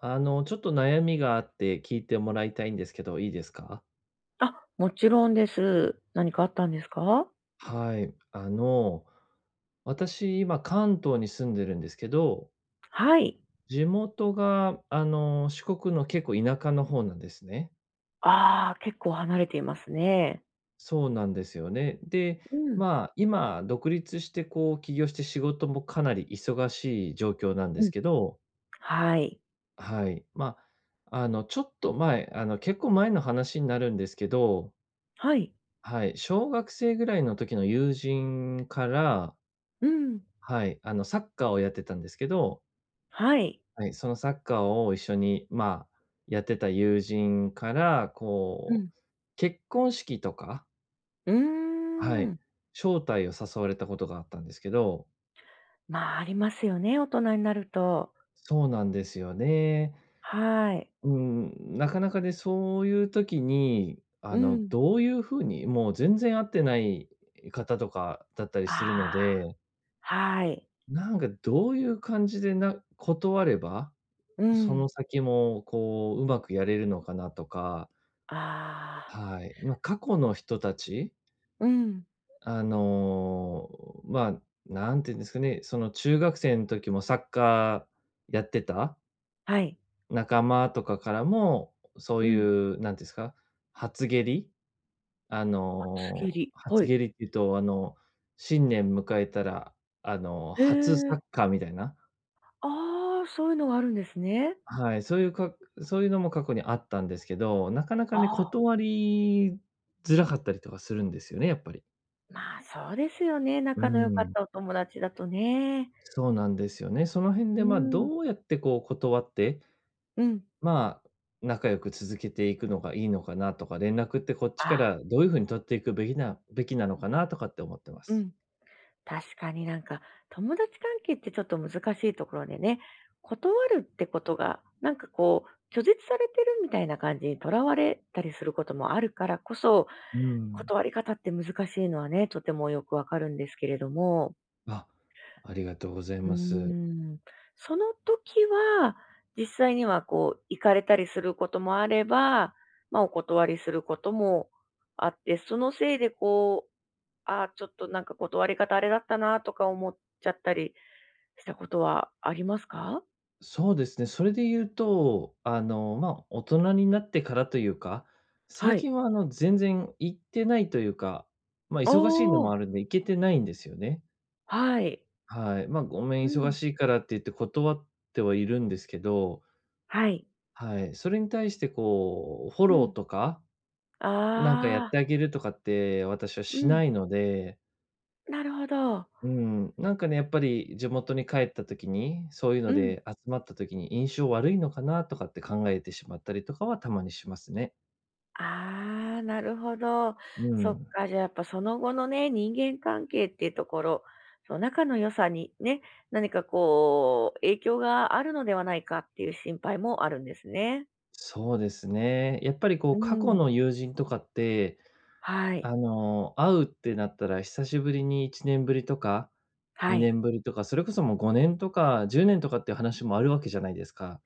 ちょっと悩みがあって聞いてもらいたいんですけど、いいですか？あ、もちろんです。何かあったんですか？はい。私、今関東に住んでるんですけど、はい。地元が、四国の結構田舎の方なんですね。ああ、結構離れていますね。そうなんですよね。で、うん、まあ、今独立して、こう、起業して仕事もかなり忙しい状況なんでうすん、けど、はい。はい。まあ、ちょっと前、結構前の話になるんですけど、はい。はい、小学生ぐらいの時の友人から、うん、はい、サッカーをやってたんですけど、はい。はい。そのサッカーを一緒に、まあ、やってた友人から、うこん。う、結婚式とか、うはーい、ん。招待を誘われたことがあったんですけど、まあ、ありますよね、大人になると。そうなんですよね。はい。うん、なかなかね、そういう時に、うん。どういう風に、もう全然会ってない方とかだったりあするのあ、で、はい。なんかどういう感じでな断ればうそのん。先も、こう、うまくやれるのかなとか、ああ、はい。まあ、過去の人たち、うん、あの、まあ、なんていうんですかね、その中学生の時もサッカーやってたはい。仲間とかからも、そうういん。う、なんていうんですか、初蹴り、厚切り、は初い。蹴りっていうと、新年迎えたら、へ初サえ、ッカーみたいな。ああ、そういうのがあるんですね。はい、そういうかそういうのも過去にあったんですけど、なかなかあね、あ。断りづらかったりとかするんですよね、やっぱり。まあ、そうですよね、う仲の良かっん、たお友達だとね。そうなんですよね。その辺うで、まあ、ん、どうやってこう断って、うん。まあ、仲良く続けていくのがいいのかなとか、連絡ってこっちかあ、らどういう風に取っていくべきなのかなとかって思ってまうす。ん。確かになんか、友達関係ってちょっと難しいところでね、断るってことが、なんかこう、拒絶されてるみたいな感じにとらわれたりすることもあるからこそ、うん。断り方って難しいのはね、とてもよくわかるんですけれども。あ、ありがとうございうーます。ん。その時は、実際にはこう行かれたりすることもあれば、まあ、お断りすることもあって、そのせいでこう、ああ、ちょっとなんか断り方あれだったなとか思っちゃったりしたことはありますか？そうですね。それで言うと、まあ、大人になってからというか、は最い。近は全然行ってないというか、まあ、お忙しいのもお、あるんで行けてないんですよね。はい。はい。まあ、ごめん、う忙ん。しいからって言って断ってはいるんですけど、はい。はい。それに対してこう、フォうローん。とか、なんかやっああ、てあげるとかって私はうしん。ないので、なるほど。うん、なんかね、やっぱり地元に帰った時に、そういううのん。で集まった時に印象悪いのかなとかって考えてしまったりとかはたまにしますね。ああ、なるほど。うそっん。か、じゃあやっぱその後のね、人間関係っていうところ、その仲の良さにね、何かこう、影響があるのではないかっていう心配もあるんですね。そうですね。やっぱりこうう過去ん。の友人とかって、はい。会うってなったら久しぶりに1年ぶりとか、は2い。年ぶりとか、それこそもう5年とか10年とかっていう話もあるわけじゃないですか。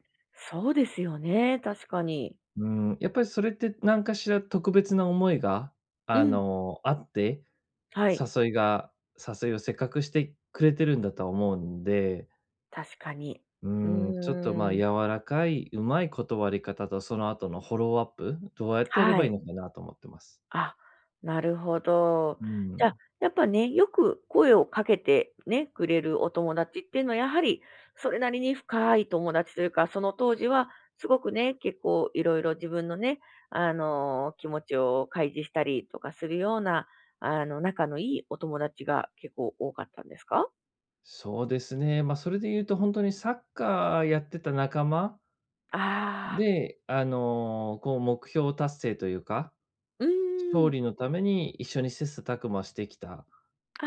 そうですよね、確かに。うん、やっぱりそれって何かしら特別な思いが、うん。あって、はい。誘いが誘いをせっかくしてくれてるんだとは思うんで、確かに。ううーん、ちょっと、ま、ー柔ん。らかい、うまい断り方とその後のフォローアップ、どうやってやれはばいいい。のかなと思ってます。あ、なるほど。うじゃん、あ、やっぱね、よく声をかけてね、くれるお友達っていうのは、やはりそれなりに深い友達というか、その当時はすごくね、結構いろいろ自分のね、気持ちを開示したりとかするような、仲のいいお友達が結構多かったんですか？そうですね。ま、それで言うと本当にサッカーやってた仲間ああ、で、こう目標達成というか、うー勝ん。利のために一緒に切磋琢磨してきたっあ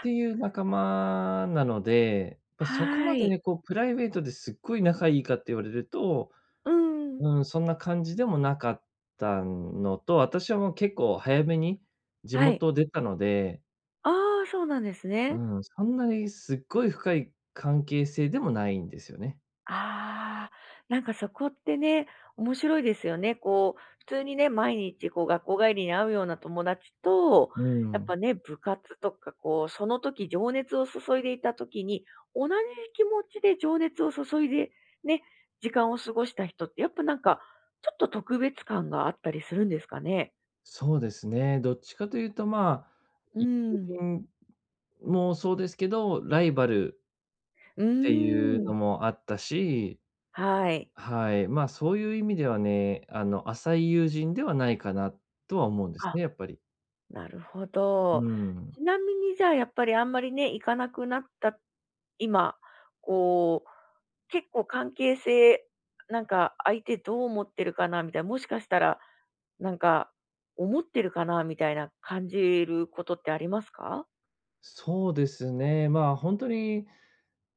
ていう仲間なので、やっぱ、そこはまでい。ね、こうプライベートですっごい仲いいかって言われると、うん。うん、そんな感じでもなかったのと、私はもう結構早めに地はい。元を出たので、ああ、そうなんですね。うん、そんなにすっごい深い関係性でもないんですよね。ああ、なんかそこってね、面白いですよね。こう、普通にね、毎日こう学校帰りに会うような友達と、うやっぱん、ね、部活とかこう、その時情熱を注いでいた時に、同じ気持ちで情熱を注いで、ね、時間を過ごした人って、やっぱなんか、ちょっと特別感があったりするんですかね。そうですね。どっちかというと、まあ、う友ん。人もそうですけど、ライバルうっていーうん。のもあったし、はい。はい、まあ、そういう意味ではね、浅い友人ではないかなとは思うんですあね、やっぱり。なるほうど。ん。ちなみにじゃあやっぱりあんまりね、行かなくなった今、こう、結構関係性、なんか相手どう思ってるかなみたいな、もしかしたら、なんか思ってるかなみたいな感じることってありますか？そうですね。まあ、本当に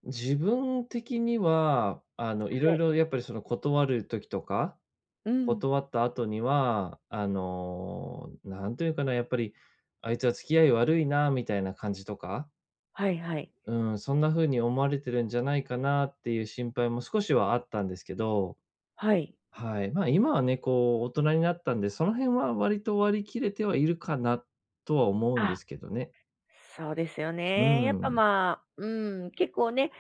自分的には、いろはいい。ろやっぱりその断る時とか、うん。断った後には、なんというかな、やっぱり、あいつは付き合い悪いなみたいな感じとか、はいはい。うん、そんな風に思われてるんじゃないかなっていう心配も少しはあったんですけど、はい。はい。まあ、今はね、こう大人になったんで、その辺は割と割り切れてはいるかなとは思うんあ、ですけどね。そうですようね。やっぱん。まあ、うん、結構ね、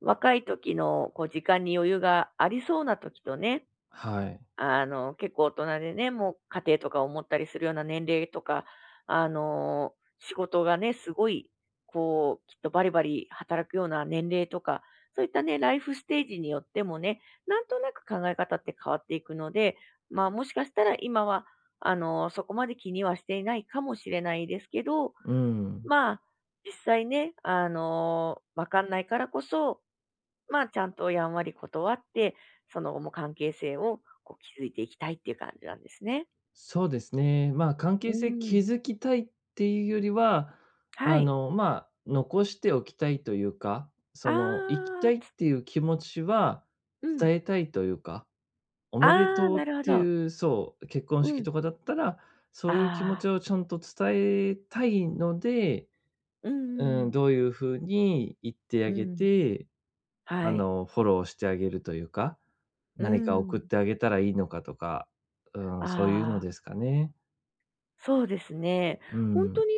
若い時のこう時間に余裕がありそうな時とね、はい。あの、結構大人でね、もう家庭とかを持ったりするような年齢とか、あの、仕事がね、すごい、こう、きっとバリバリ働くような年齢とか、そういったね、ライフステージによってもね、なんとなく考え方って変わっていくので、まあもしかしたら今は、そこまで気にはしていないかもしれないですけど、うん。まあ、実際ね、わかんないからこそ、まあ、ちゃんとやんわり断って、その後も関係性をこう築いていきたいっていう感じなんですね。そうですね。まあ、関う係性ん。築きたいっていうよりは、はい。まあ、残しておきたいというか、あその、行きたあ、いっつていう気持ちはうん。伝えたいというか、おあめであ、とうなっるほてど。いう、そう、結婚う式ん。とかだったら、そういう気持あちあ、をちゃんと伝えたいので、うんうんううん、ん。どういうふうに言ってうあげん。て、はい。フォローしてあげるというか、う何かん。送ってあげたらいいのかとか、うん、そういうあのあ。ですかね。そうですね。う本ん、当に、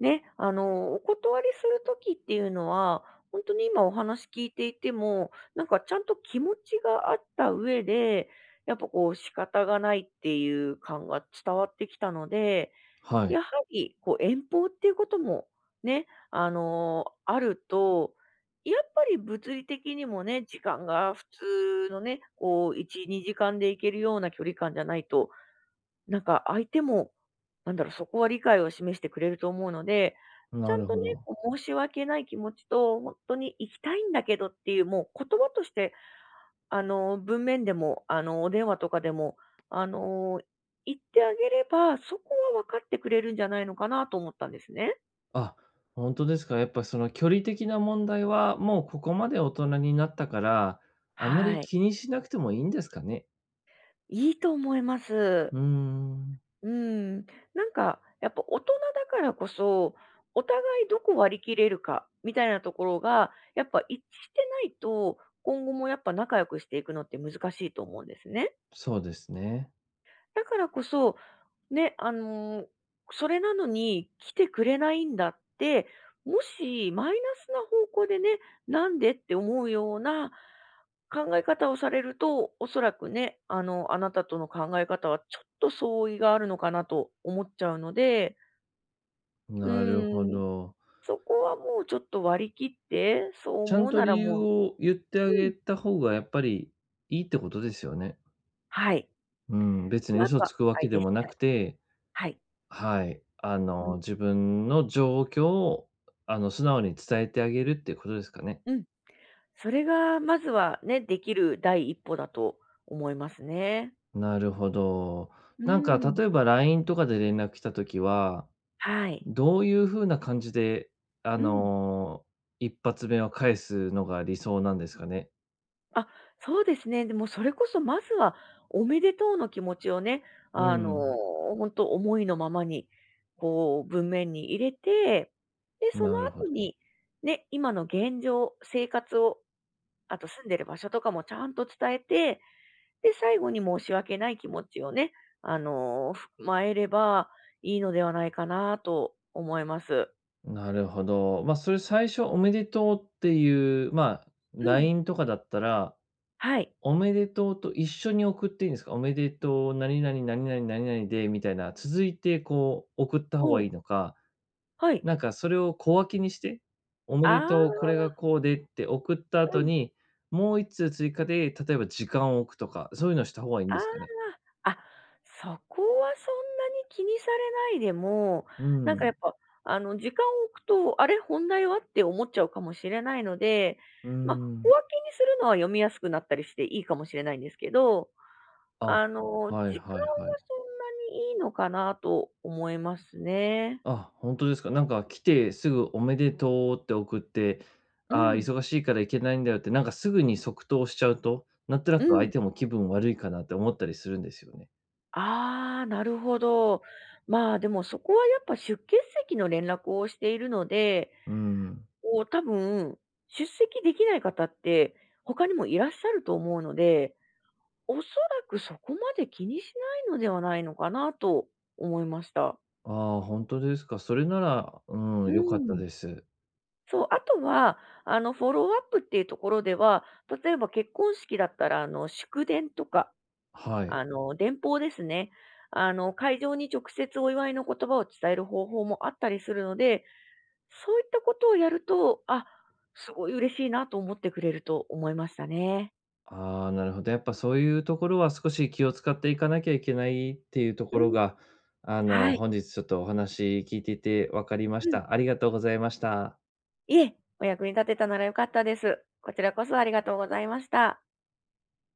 ね、お断りする時っていうのは、本当に今お話聞いていても、なんかちゃんと気持ちがあった上で、やっぱこう仕方がないっていう感が伝わってきたので、はい、やはりこう遠方っていうこともね、あると、やっぱり物理的にもね、時間が普通のね、こう1、2時間で行けるような距離感じゃないとなんか相手も、なんだろう、そこは理解を示してくれると思うので、ちゃなんるとほね、ど。こう申し訳ない気持ちと、本当に行きたいんだけどっていう、もう言葉として、文面でも、お電話とかでも、あの、言ってあげれば、そこは分かってくれるんじゃないのかなと思ったんですね。あ、本当ですか。やっぱその距離的な問題は、もうここまで大人になったから、あまりはい。気にしなくてもいいんですかね？いいと思います。うーん、うん、なんか、やっぱ大人だからこそ、お互いどこ割り切れるかみたいなところが、やっぱ一致してないと、今後もやっぱ仲良くしていくのって難しいと思うんですね。そうですね。だからこそ、ね、それなのに来てくれないんだって、もしマイナスな方向でね、なんでって思うような考え方をされると、おそらくね、あなたとの考え方はちょっと相違があるのかなと思っちゃうので、うなるほーん、ど。そこはもうちょっと割り切って、そうちゃ思んうとな理ら由もうを言ってあうん、げた方がやっぱりいいってことですよね。はい。うん、別にあ嘘とはつくわ相けで手次もな第。くて、はい。はい、うん。自分の状況を、素直に伝えてあげるっていうことですかね？うん。それがまずはね、できる第一歩だと思いますね。なるほど。うなんかん。例えば LINE とかで連絡来たときは、はい。どういう風な感じで、あうん。の、一発目を返すのが理想なんですかね？あ、そうですね。でもそれこそまずはおめでとうの気持ちをね、うあの、ん。本当思いのままに、こう文面に入れて、で、そのなるほ後ど。に、ね、今の現状、生活を、あと住んでる場所とかもちゃんと伝えてで、最後に申し訳ない気持ちをね、あの、踏まえればいいのではないかなと思います。なるほど。まあ、それ最初おめでとうっていう、まあ、うん。LINE とかだったら、はい。おめでとうと一緒に送っていいんですか？おめでとう、何々、何々、何々でみたいな、続いてこう送った方がおいいう、のかはい。なんかそれを小分けにして、おめあでとう、こあ、れがこうでって送ったう後ん。に、もう一通追加で、例えば時間を置くとか、そういうのした方がいいんあですかね？あ、あ、そこはそんなに気にされないでも、うなんかやん。っぱ、時間を置くと、あれ、本題はって思っちゃうかもしれないので、うーまあ、小ん。分けにするのは読みやすくなったりしていいかもしれないんですけどあ、あの、はい時間はいはい。はそんなにいいのかなと思いますね。あ、ほんとですか。なんか来てすぐおめでとうって送って、うああ、ん、忙しいから行けないんだよって、なんかすぐに即答しちゃうと、なんとなうくん。相手も気分悪いかなって思ったりするんですよね。ああ、なるほど。まあ、でもそこはやっぱ出欠席の連絡をしているので、うん。こう多分、出席できない方って他にもいらっしゃると思うので、おそらくそこまで気にしないのではないのかなと思いました。ああ、ほんとですか。それなら、ううん、良かったん。です。そう、あとは、フォローアップっていうところでは、例えば結婚式だったら、祝電とか、はい。電報ですね。会場に直接お祝いの言葉を伝える方法もあったりするので、そういったことをやると、あ、すごい嬉しいなと思ってくれると思いましたね。ああ、なるほど。やっぱそういうところは少し気を使っていかなきゃいけないっていうとうころん。が、はい。本日ちょっとお話聞いていて分かりまうしん。た。ありがとうございました。いえ、お役に立てたなら良かったです。こちらこそありがとうございました。